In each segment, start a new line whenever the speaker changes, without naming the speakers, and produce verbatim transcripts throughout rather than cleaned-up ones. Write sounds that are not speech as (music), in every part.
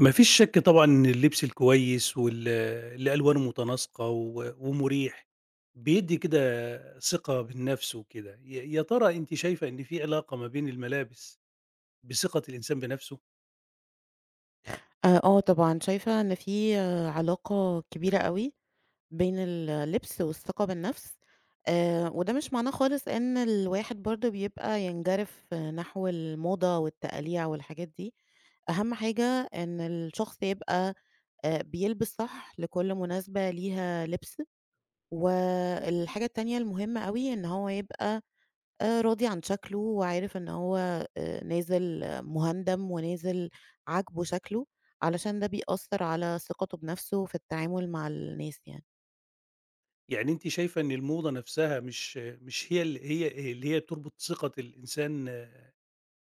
ما فيش شك طبعًا إن اللبس الكويس وال اللي ألوانه متناسقة و ومُريح، بيدّي كده ثقة بالنفس وكده. ي يا ترى أنتِ شايفة إن في علاقة ما بين الملابس بثقة الإنسان بنفسه؟
آآ آه طبعًا، شايفة إن في آه، علاقة كبيرة أوي بين اللبس والثقة بالنفس، آآ وده مش معناه خالص إن الواحد برضه بيبقى ينجرف آه، نحو الموضة والتقاليع والحاجات دي، أهم حاجة إن الشخص يبقى آآ بيلبس صح لكل مناسبة ليها لبس، والحاجة التانية المهمة أوي إن هو يبقى آآ راضي عن شكله وعارف إن هو آآ نازل آه، مُهندَم ونازل عاجبه شكله، علشان ده بيأثّر على ثقته بنفسه في التعامل مع الناس يعني.
يعني أنتِ شايفة إن الموضة نفسها مش مش هي ال هي اللي هي بتربط ثقة الإنسان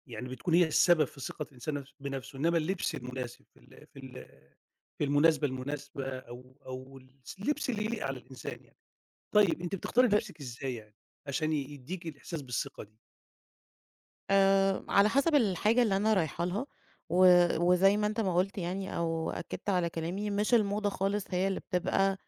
يعني بتكون هي السبب في ثقة الإنسان نفس بنفسه، إنما اللبس المناسب في ال في ال في المناسبة المناسبة أو أو الس اللبس اللي يليق على الإنسان يعني. طيب أنتِ بتختاري
ب
لبسِك إزاي يعني، عشان ي يدّيكِ الإحساس بالثقة دي؟
آآ على حسب الحاجة اللي أنا رايحة لها و وزي ما أنت ما قُلت يعني أو أكّدت على كلامي، مش الموضة خالص هي اللي بتبقى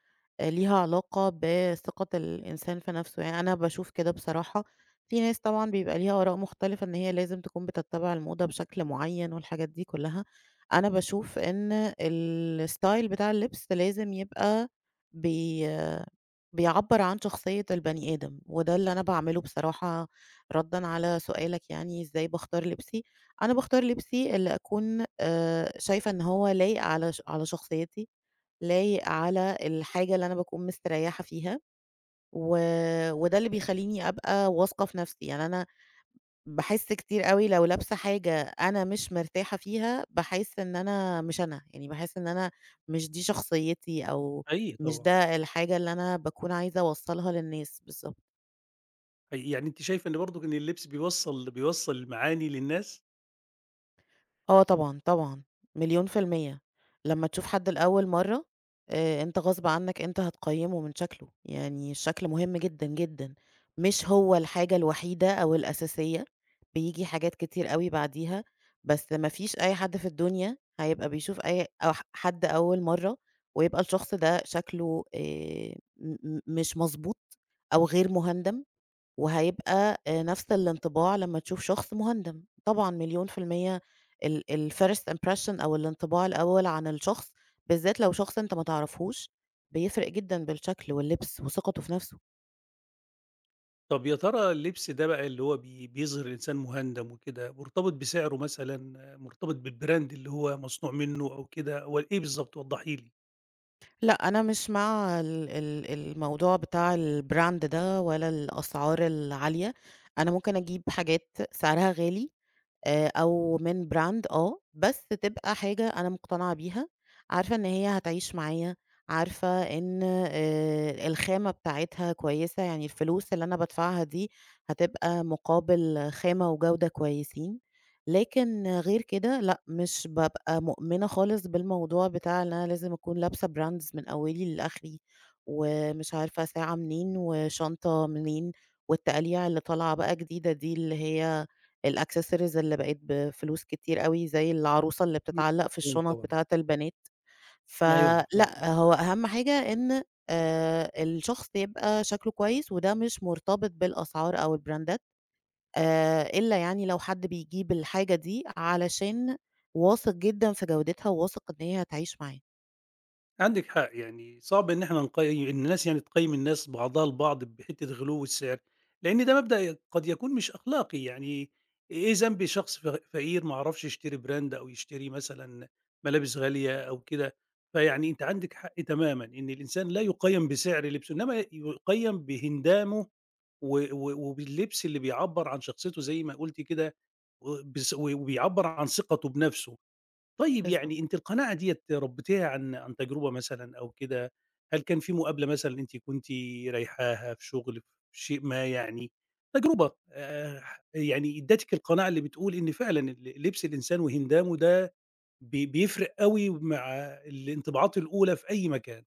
آآ ليها علاقة بثقة الإنسان في نَفْسه، يعني أنا باشوف كده بصراحة، في ناس طبعًا بيبقى ليها آراء مختلفة إن هي لازم تكون بتتّبع الموضة بشكل معيّن والحاجات دي كُلّها، أنا باشوف إن الstyle بتاع اللبس لازم يبقى بي بيعبّر عن شخصية البني آدم، وده اللي أنا باعمله بصراحة ردًا على سؤالك يعني إزاي باختار لبسي، أنا باختار لبسي اللي أكون آآ شايفة إن هو لايق على ش على شخصيتي، لايق على الحاجة اللي أنا باكون مستريّحة فيها، و وده اللي بيخلّيني أبقى واثقة في نفسي، يعني أنا باحس كتير أوي لو لابسة حاجة أنا مش مرتاحة فيها، باحس إن أنا مش أنا، يعني باحس إن أنا مش دي شخصيتي أو
حقيقي
مش
طبعًا،
ده الحاجة اللي أنا باكون عايزة أوصّلها للناس، بالضبط.
حقيقي. يعني أنتِ شايفة إن برضك إن اللبس بيوصّل بيوصّل المعاني للناس؟
آه طبعًا، طبعًا، مليون في المِيّة. لمّا تشوف حد لأول مرّة، آآ أنت غصب عنّك أنت هتقيّمه من شكله، يعني الشكل مهم جدًا، جدًا. مش هو الحاجة الوحيدة أو الأساسية، بييجي حاجات كتير أوي بعديها، بس ما فيش أي حد في الدنيا هيبقى بيشوف أي أو ح حد أول مرّة ويبقى الشخص ده شكله آآ م م مش مضبوط أو غير مُهندم. وهيبقى آآ نفس الانطباع لمّا تشوف شخص مُهندم، طبعًا مليون في المِيّة ال الfirst impression أو الانطباع الأول عن الشخص، بالذات لو شخص أنت ما تعرفهوش، بيفرق جدًا بالشكل واللبس وثقته في نفسه.
طب يا ترى اللبس ده بقى اللي هو بي بيظهر الإنسان مهندم وكده، مرتبط بسعره مثلًا، مرتبط بالbrand اللي هو مصنوع منه أو كده، والّا إيه بالضبط وضّحي لي؟
لأ، أنا مش مع ال ال الموضوع بتاع الbrand ده ولا الأسعار العالية، أنا ممكن أجيب حاجات سعرها غالي آآ أو من brand آه، بس تبقى حاجة أنا مقتنعة بيها، عارفة إن هي هتعيش معايا، عارفة إن آآ الخامة بتاعتها كويسة، يعني الفلوس اللي أنا بادفعها دي هتبقى مقابل خامة وجودة كويسين، لكن غير كده لأ، مش بابقى مؤمنة خالص بالموضوع بتاع إن أنا لازم أكون لابسة brands من أولي لآخري، ومش عارفة ساعة منين وشنطة منين، والتقاليع اللي طالعة بقى جديدة دي اللي هي الaccessories اللي بقت بفلوس كتير أوي، زي العروسة اللي بتتعلّق في
مفهوم
الشنط
طبعًا.
بتاعة البنات،
أيوه، مفهوم
فلأ،
طبعًا.
هو أهم حاجة إن آآ الشخص يبقى شكله كويس، وده مش مرتبط بالأسعار أو البراندات، آآ إلا يعني لو حد بيجيب الحاجة دي علشان واثق جدًا في جودتها، وواثق إن هي هتعيش معاه.
عندِك حق، يعني صعب إن إحنا نقي إن الناس يعني تقيّم الناس بعضها البعض بحتّة غلو السعر، لإن ده مبدأ قد يكون مش أخلاقي، يعني إيه ذنب شخص ف فقير ما عرفش يشتري براند أو يشتري مثلًا ملابس غالية أو كده، فيعني أنت عندِك حق تمامًا إن الإنسان لا يُقيّم بسعر لبسه، إنما يُقيّم بهندامه و و وباللبس اللي بيعبّر عن شخصيته زي ما قُلتِ كده، و بس و وبيعبّر عن ثقته بنفسه. طيب
بالضبط.
يعني أنتِ القناعة ديّة ربّيتيها عن عن تجربة مثلًا أو كده؟ هل كان في مقابلة مثلًا أنتِ كنتِ رايحاها في شغل، في شيء ما يعني تجربة آآ ح يعني ادّتِك القناعة اللي بتقول إن فعلًا ال لبس الإنسان وهندامه ده بي بيفرق أوي مع الانطباعات الأولى في أي مكان؟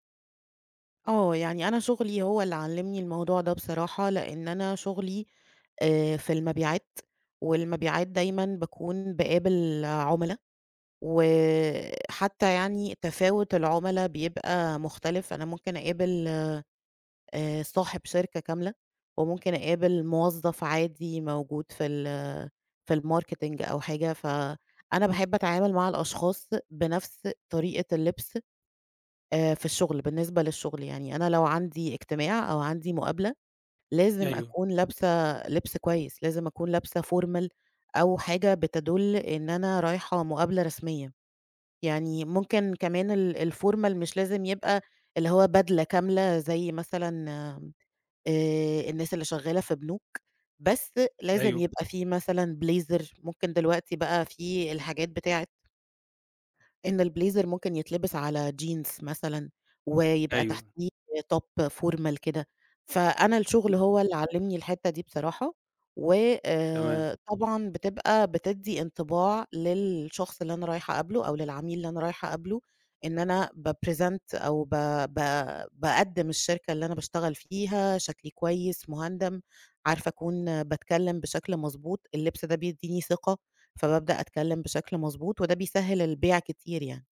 آه، يعني أنا شغلي هو اللي علّمني الموضوع ده بصراحة، لإن أنا شغلي آآ في المبيعات، والمبيعات دايمًا باكون باقابل عُملا وحتى يعني تفاوت العُملا بيبقى مختلف، أنا ممكن أقابل آآ صاحب شركة كاملة، وممكن أقابل موظّف عادي موجود في ال في الmarketing أو حاجة، فأنا باحب أتعامل مع الأشخاص بنفس طريقة اللبس آآ في الشغل، بالنسبة للشغل، يعني أنا لو عندي اجتماع أو عندي مقابلة، لازم
أيوه،
أكون لابسة لبس كويس، لازم أكون لابسة formal أو حاجة بتدُل إن أنا رايحة مقابلة رسمية. يعني ممكن كمان ال الformal مش لازم يبقى اللي هو بدلة كاملة زي مثلًا آآ الناس اللي شغّالة في بنوك، بس لازم
أيوه،
يبقى في مثلًا blazer ممكن دلوقتي بقى في الحاجات بتاعة إن البليزر ممكن يتلبس على jeans مثلًا، ويبقى
أيوه،
تحتيه top formal كده، فأنا الشغل هو اللي علّمني الحتّة دي بصراحة، و
تمام.
آآ، طبعًا بتبقى بتدّي انطباع للشخص اللي أنا رايحة أقابله أو للعميل اللي أنا رايحة أقابله، إن أنا باpresent أو ب ب باقدّم الشركة اللي أنا باشتغل فيها، شكلي كويس، مُهندم، عارفة أكون باتكلم بشكل مضبوط، اللبس ده بيدّيني ثقة. فبابدأ أتكلم بشكل مضبوط، وده بيسهّل البيع كتير يعني.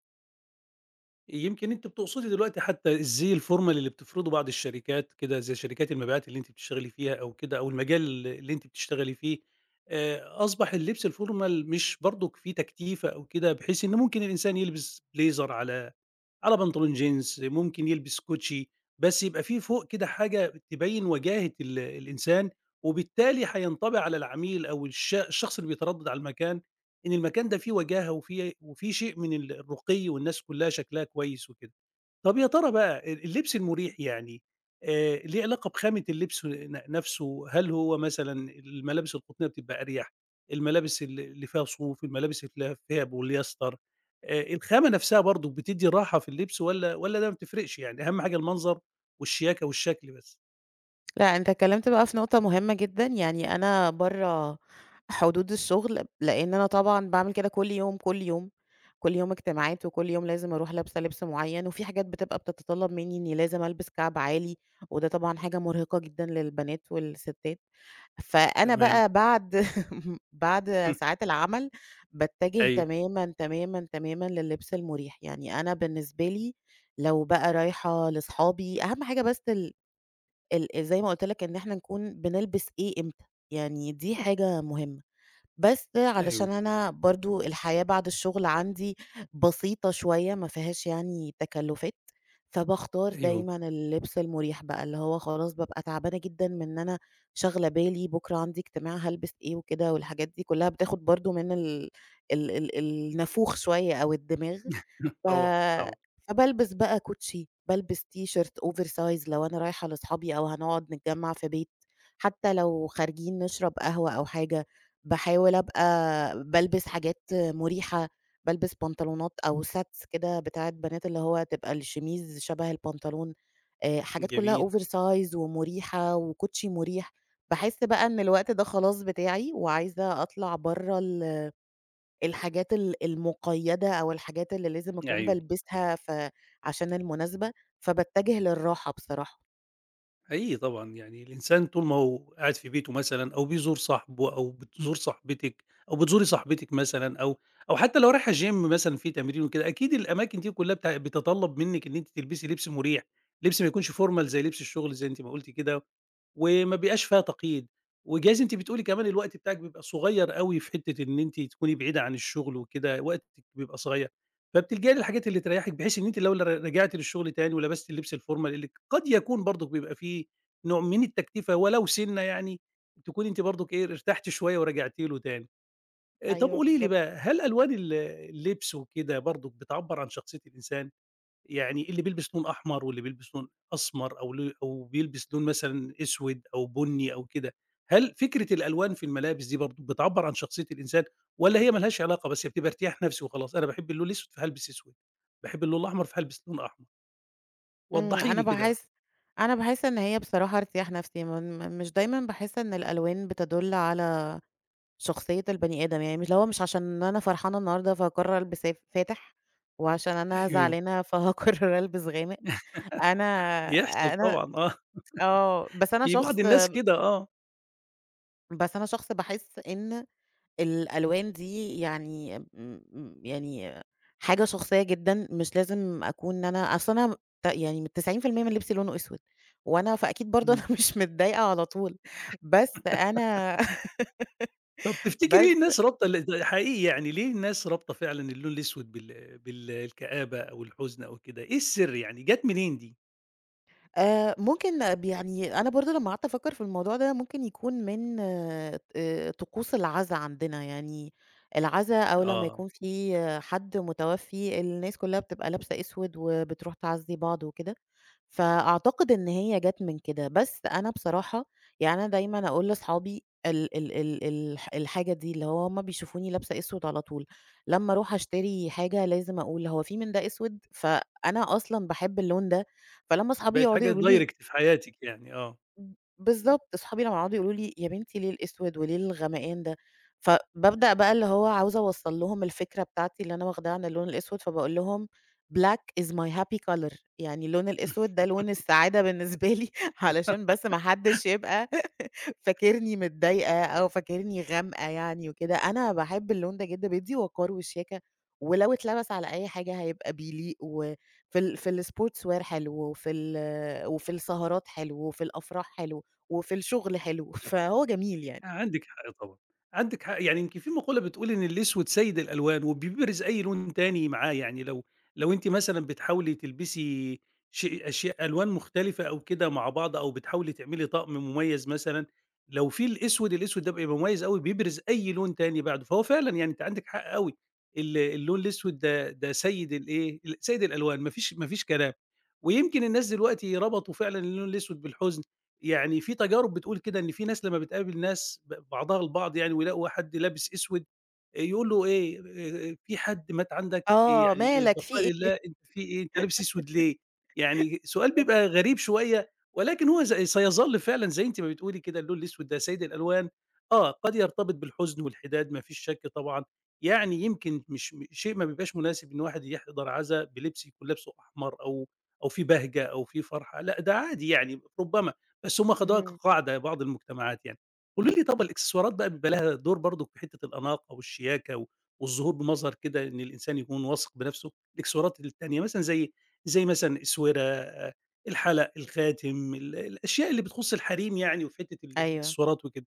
يمكن أنتِ بتقصدي دلوقتي حتى الزي الformal اللي بتفرضه بعض الشركات كده، زي شركات المبيعات اللي أنتِ بتشتغلي فيها أو كده، أو المجال اللي أنتِ بتشتغلي فيه، آآ أصبح اللبس الformal مش برضك فيه تكتيفة أو كده، بحيث إن ممكن الإنسان يلبس بليزر على على بنطلون جينز، ممكن يلبس كوتشي، بس يبقى في فوق كده حاجة تبين وجاهة ال الإنسان، وبالتالي هينطبع على العميل أو الش الشخص اللي بيتردد على المكان، إن المكان ده فيه وجاهة وفيه وفيه شيء من ال الرقي والناس كلها شكلها كويس وكده. طب يا ترى بقى ال اللبس المريح يعني آآ ليه علاقة بخامة اللبس ن نَفْسه، هل هو مثلًا الملابس القطنية بتبقى أريح، الملابس ال اللي فيها صوف، الملابس اللي فيها بوليستر، آآ الخامة نَفْسها برضه بتدّي راحة في اللبس والّا والّا ده ما بتفرقش يعني أهم حاجة المنظر والشياكة والشكل بس؟
لأ، أنت اتكلمت بقى في نقطة مهمة جدًا، يعني أنا برّه حدود الشغل، لإن أنا طبعًا باعمل كده كل يوم، كل يوم، كل يوم اجتماعات، وكل يوم لازم أروح لابسة لبس معيّن، وفي حاجات بتبقى بتتطلب منّي إني لازم ألبس كعب عالي، وده طبعًا حاجة مرهقة جدًا للبنات والستات. فأنا
تمام،
بقى بعد (laughs) بعد ساعات
(laughs)
العمل باتجه
أيوه،
تمامًا، تمامًا، تمامًا لللبس المريح، يعني أنا بالنسبة لي لو بقى رايحة لصحابي أهم حاجة بس ال ال زي ما قُلت لك إن إحنا نكون بنلبس إيه إمتى، يعني دي حاجة مهمة. بس
أيوه،
علشان أنا برضه الحياة بعد الشغل عندي بسيطة شوية ما فيهاش يعني تكلُّفات، فباختار
أيوه،
دايمًا اللبس المُريح بقى، اللي هو خلاص بابقى تعبانة جدًا من إن أنا شاغلة بالي بُكرة عندي اجتماع هالبس إيه وكده والحاجات دي كُلّها بتاخُد برضه من ال ال ال النافوخ شوية أو الدماغ.
(laughs)
ف
طبعًا، طبعًا،
فبالبس بقى كوتشي، بالبس تيشيرت oversize لو أنا رايحة لأصحابي أو هنقعد نتجمّع في بيت، حتى لو خارجين نشرب قهوة أو حاجة، باحاول أبقى بالبس حاجات مُريحة، بالبس بنطلونات أو sets كده بتاعة بنات اللي هو تبقى الشميز شبه البنطلون، آآ حاجات كلّها
جميل،
oversize ومُريحة وكوتشي مُريح، باحس بقى إن الوقت ده خلاص بتاعي وعايزة أطلع برّه ال الحاجات ال المُقيّدة أو الحاجات اللي لازم أكون إمم.
أيوه.
بالبسها ف عشان المناسبة، فباتجه للراحة بصراحة.
حقيقي طبعًا، يعني الإنسان طول ما هو قاعد في بيته مثلًا أو بيزور صاحبه أو بتزور صاحبتِك أو بتزوري صاحبتِك مثلًا أو أو حتى لو رايحة gym مثلًا في تمرين وكده، أكيد الأماكن دي كلها بت بتتطلب منِّك إن أنتِ تلبسي لبس مريح، لبس ما يكونش formal زي لبس الشغل زي أنتِ ما قُلتِ كده وما بيبقاش فيها تقييد. وجايز أنتِ بتقولي كمان الوقت بتاعِك بيبقى صغير أوي في حتّة إن أنتِ تكوني بعيدة عن الشغل وكده، وقتِك بيبقى صغير، فبتلجئي للحاجات اللي تريّحِك بحيث إن أنتِ لو ل رجعتِ للشغل تاني ولبستِ اللبس الformal اللي قد يكون برضه بيبقى فيه نوع من التكتيفة ولو سِنّة يعني، تكوني أنتِ برضه إيه، ارتحتِ شوية ورجعتِ له تاني. آآ طَب
أيوه
قولي لي
بالضبط.
بقى، هل ألوان ال اللبس وكده برضه بتعبّر عن شخصية الإنسان؟ يعني اللي بيلبس لون أحمر واللي بيلبس لون أسمر أو لو أو بيلبس لون مثلًا أسود أو بُني أو كده، هل فكرة الألوان في الملابس دي برضه بتعبّر عن شخصية الإنسان والّا هي ما لهاش علاقة بس هي بتبقى ارتياح نفسي وخلاص، أنا باحب اللون الأسود فهالبس أسود، باحب اللون الأحمر فهالبس لون أحمر،
إمم،
وضّحي
أنا
لي كده بقى؟
باحس أنا باحس إن هي بصراحة ارتياح نفسي، م م مش دايمًا باحس إن الألوان بتدُل على شخصية البني آدم، يعني مش اللي هو مش عشان أنا فرحانة النهارده فهاقرر ألبس ف فاتح، وعشان أنا
أيوه،
زعلانة فهاقرر (laughs) ألبس غامق، أنا
بيحصل
أنا
طبعًا آه،
آه، بس أنا
في بعض
شخص
الناس كده آه،
بس أنا شخص باحس إن الألوان دي يعني آه، م م يعني حاجة شخصية جدًا، مش لازم أكون إن أنا أصل أنا ت يعني من تسعين في المية من لبسي لونه أسود، وأنا فأكيد برضه أنا
إمم،
(laughs) مش متضايقة على طول، بس أنا (laughs)
طب تفتكري ليه
بس
الناس رابطة ال ده حقيقي يعني ليه الناس رابطة فعلًا اللون الأسود بال بالكآبة أو الحزن أو كده، إيه السر يعني جات منين دي؟
آآ ممكن ب يعني أنا برضه لمّا قعدت أفكّر في الموضوع ده، ممكن يكون من آآ طقوس العزا عندنا، يعني العزا أو لمّا
آه.
يكون في آه، حد متوفي، الناس كلّها بتبقى لابسة أسود وبتروح تعزّي بعض وكده. فأعتقد إن هي جات من كده، بس أنا بصراحة يعني أنا دايمًا أقول لأصحابي ال ال ال الح الحاجة دي، اللي هو هُم بيشوفوني لابسة أسود على طول، لمّا أروح أشتري حاجة لازم أقول هو في من ده أسود؟ فأنا أصلًا باحب اللون ده، فلمّا أصحابي
بقت
يقعدوا
حاجة
يقولوا لي
direct في حياتِك يعني آه.
ب بالضبط، أصحابي لمّا يقعدوا يقولوا لي: "يا بنتي ليه الأسود وليه الغمقان ده؟" فبابدأ بقى اللي هو عاوزة أوصّل لهم الفكرة بتاعتي اللي أنا واخداها عن اللون الأسود، فباقول لهم: "Black is my happy color" يعني اللون الأسود
(laughs)
ده لون السعادة بالنسبة لي (laughs) علشان بس ما حدش يبقى فاكرني متضايقة أو فاكرني غامقة يعني وكده، أنا باحب اللون ده جدًا، بيدّي وقار وشياكة، ولو اتلبس على أي حاجة هيبقى بيليق، وفي ال في الsports wear حلو، وفي ال وفي السهرات حلو، وفي الأفراح حلو، وفي الشغل حلو، (laughs) فهو جميل يعني.
آه، عندِك حق طبعًا، عندِك حق، يعني يمكن في مقولة بتقول إن الأسود سيد الألوان وبيبرز أي لون تاني معاه، يعني لو لو أنتِ مثلًا بتحاولي تلبسي شيء أشياء ألوان مختلفة أو كده مع بعض أو بتحاولي تعملي طقم مميز مثلًا، لو في الأسود، الأسود ده بيبقى مميز أوي بيبرز أي لون تاني بعده، فهو فعلًا يعني أنتِ عندِك حق أوي، ال اللون الأسود ده ده سيد الإيه، ال سيد الألوان ما فيش ما فيش كلام، ويمكن الناس دلوقتي ربطوا فعلًا اللون الأسود بالحزن، يعني في تجارب بتقول كده إن في ناس لمّا بتقابل ناس ب بعضها البعض يعني ويلاقوا حد لابس أسود، يقول له إيه آآ في حد مات عندك إيه
آه،
يعني
مالك في
البقاء
إيه؟
لله،
(laughs)
أنت في إيه، أنت لابس أسود ليه؟ يعني سؤال
بالضبط،
بيبقى غريب شوية، ولكن هو ز سيظل فعلًا زي أنتِ ما بتقولي كده اللون الأسود ده سيد الألوان، آه قد يرتبط بالحزن والحداد ما فيش شك طبعًا، يعني يمكن مش م شيء ما بيبقاش مناسب إن واحد يحضر عزا بلبس يكون لابسه أحمر أو أو فيه بهجة أو فيه فرحة، لأ ده عادي يعني ربما. بس هم خدوها
اهم،
كقاعدة بعض المجتمعات يعني. قولي لي طَب الإكسسوارات بقى بيبقى لها دور برضه في حتّة الأناقة والشياكة و والظهور بمظهر كده إن الإنسان يكون واثق بنَفْسه، الإكسسوارات التانية مثلًا زي زي مثلًا الأسورة، الحلق، الخاتم، ال الأشياء اللي بتخُص الحريم يعني وفي حتّة ال
أيوه.
الإكسسوارات وكده،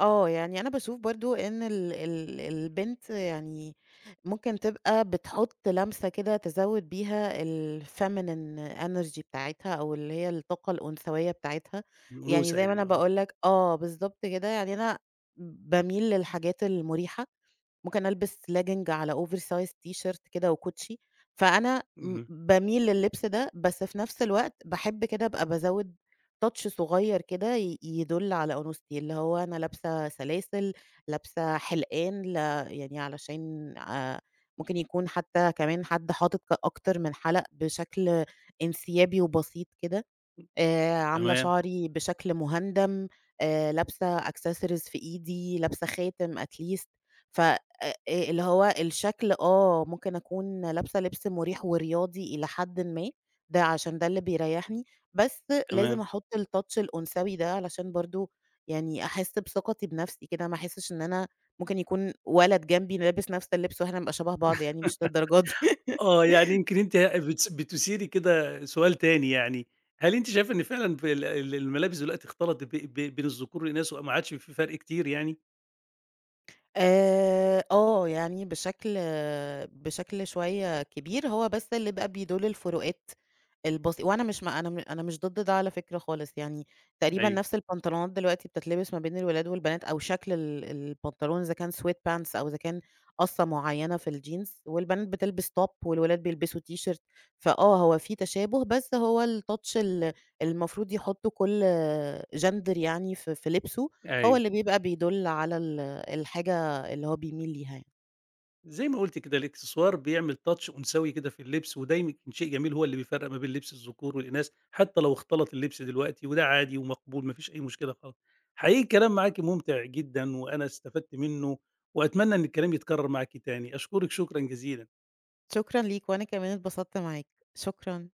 آه، يعني أنا باشوف برضه إن ال ال البنت يعني ممكن تبقى بتحُط لمسة كده تزوّد بيها الfeminine energy بتاعتها أو اللي هي الطاقة الأنثوية بتاعتها، يعني
الأنوثة
زي ما
يعني
أنا
آه.
باقول لك آه، بالضبط كده، يعني أنا باميل للحاجات المُريحة ممكن ألبس legging على oversize تيشيرت كده وكوتشي، فأنا م
اهم،
باميل لللبس ده، بس في نفس الوقت باحب كده أبقى بازوّد touch صغير كده ي يدُل على أنوثتي، اللي هو أنا لابسة سلاسل، لابسة حلقان ل يعني علشان آآ ممكن يكون حتى كمان حد حاطط ك أكتر من حلق بشكل انسيابي وبسيط كده. آآ عاملة
تمام،
شعري بشكل مُهندم، آآ لابسة accessories في إيدي، لابسة خاتم at least ف أ اللي هو الشكل آه، ممكن أكون لابسة لبس مُريح ورياضي إلى حدٍ ما، ده عشان ده اللي بيريحني، بس لازم
تمام.
أحُط الtouch الأنثوي ده علشان برضه يعني أحس بثقتي بنفسي كده، ما أحسش إن أنا ممكن يكون ولد جنبي لابس نفس اللبس وإحنا نبقى شبه بعض يعني مش للدرجة دي. (laughs)
آه، يعني يمكن أنتِ بتس بتثيري كده سؤال تاني يعني، هل أنتِ شايفة إن فعلًا ب ال ال الملابس دلوقتي اختلطت ب ب بين الذكور والإناث وما عادش في فرق كتير يعني؟
آآ، آه، يعني بشكل بشكل شوية كبير، هو بس اللي بقى بيدُل الفروقات البسي وأنا مش ما أنا م أنا مش ضد ده على فكرة خالص، يعني تقريبًا
أيوه،
نفس البنطلونات دلوقتي بتتلبس ما بين الولاد والبنات أو شكل ال البنطلون إذا كان sweat pants أو إذا كان قصة معيّنة في الجينز، والبنات بتلبس top والولاد بيلبسوا تيشيرت، فآه هو في تشابه، بس هو الtouch ال المفروض يحطّه كل gender يعني في في لبسه، هو
أيوه،
اللي بيبقى بيدُل على ال الحاجة اللي هو بيميل ليها يعني.
زي ما قُلتِ كده الإكسسوار بيعمل touch أنثوي كده في اللبس، وده يمكن شيء جميل هو اللي بيفرّق ما بين لبس الذكور والإناث، حتى لو اختلط اللبس دلوقتي وده عادي ومقبول ما فيش أي مشكلة خالص. حقيقي الكلام معاكِ ممتع جدًا، وأنا استفدت منه، وأتمنى إن الكلام يتكرر معاكِ تاني، أشكرِك شكرًا جزيلًا.
شكرًا ليك، وأنا كمان اتبسطت معاك، شكرًا.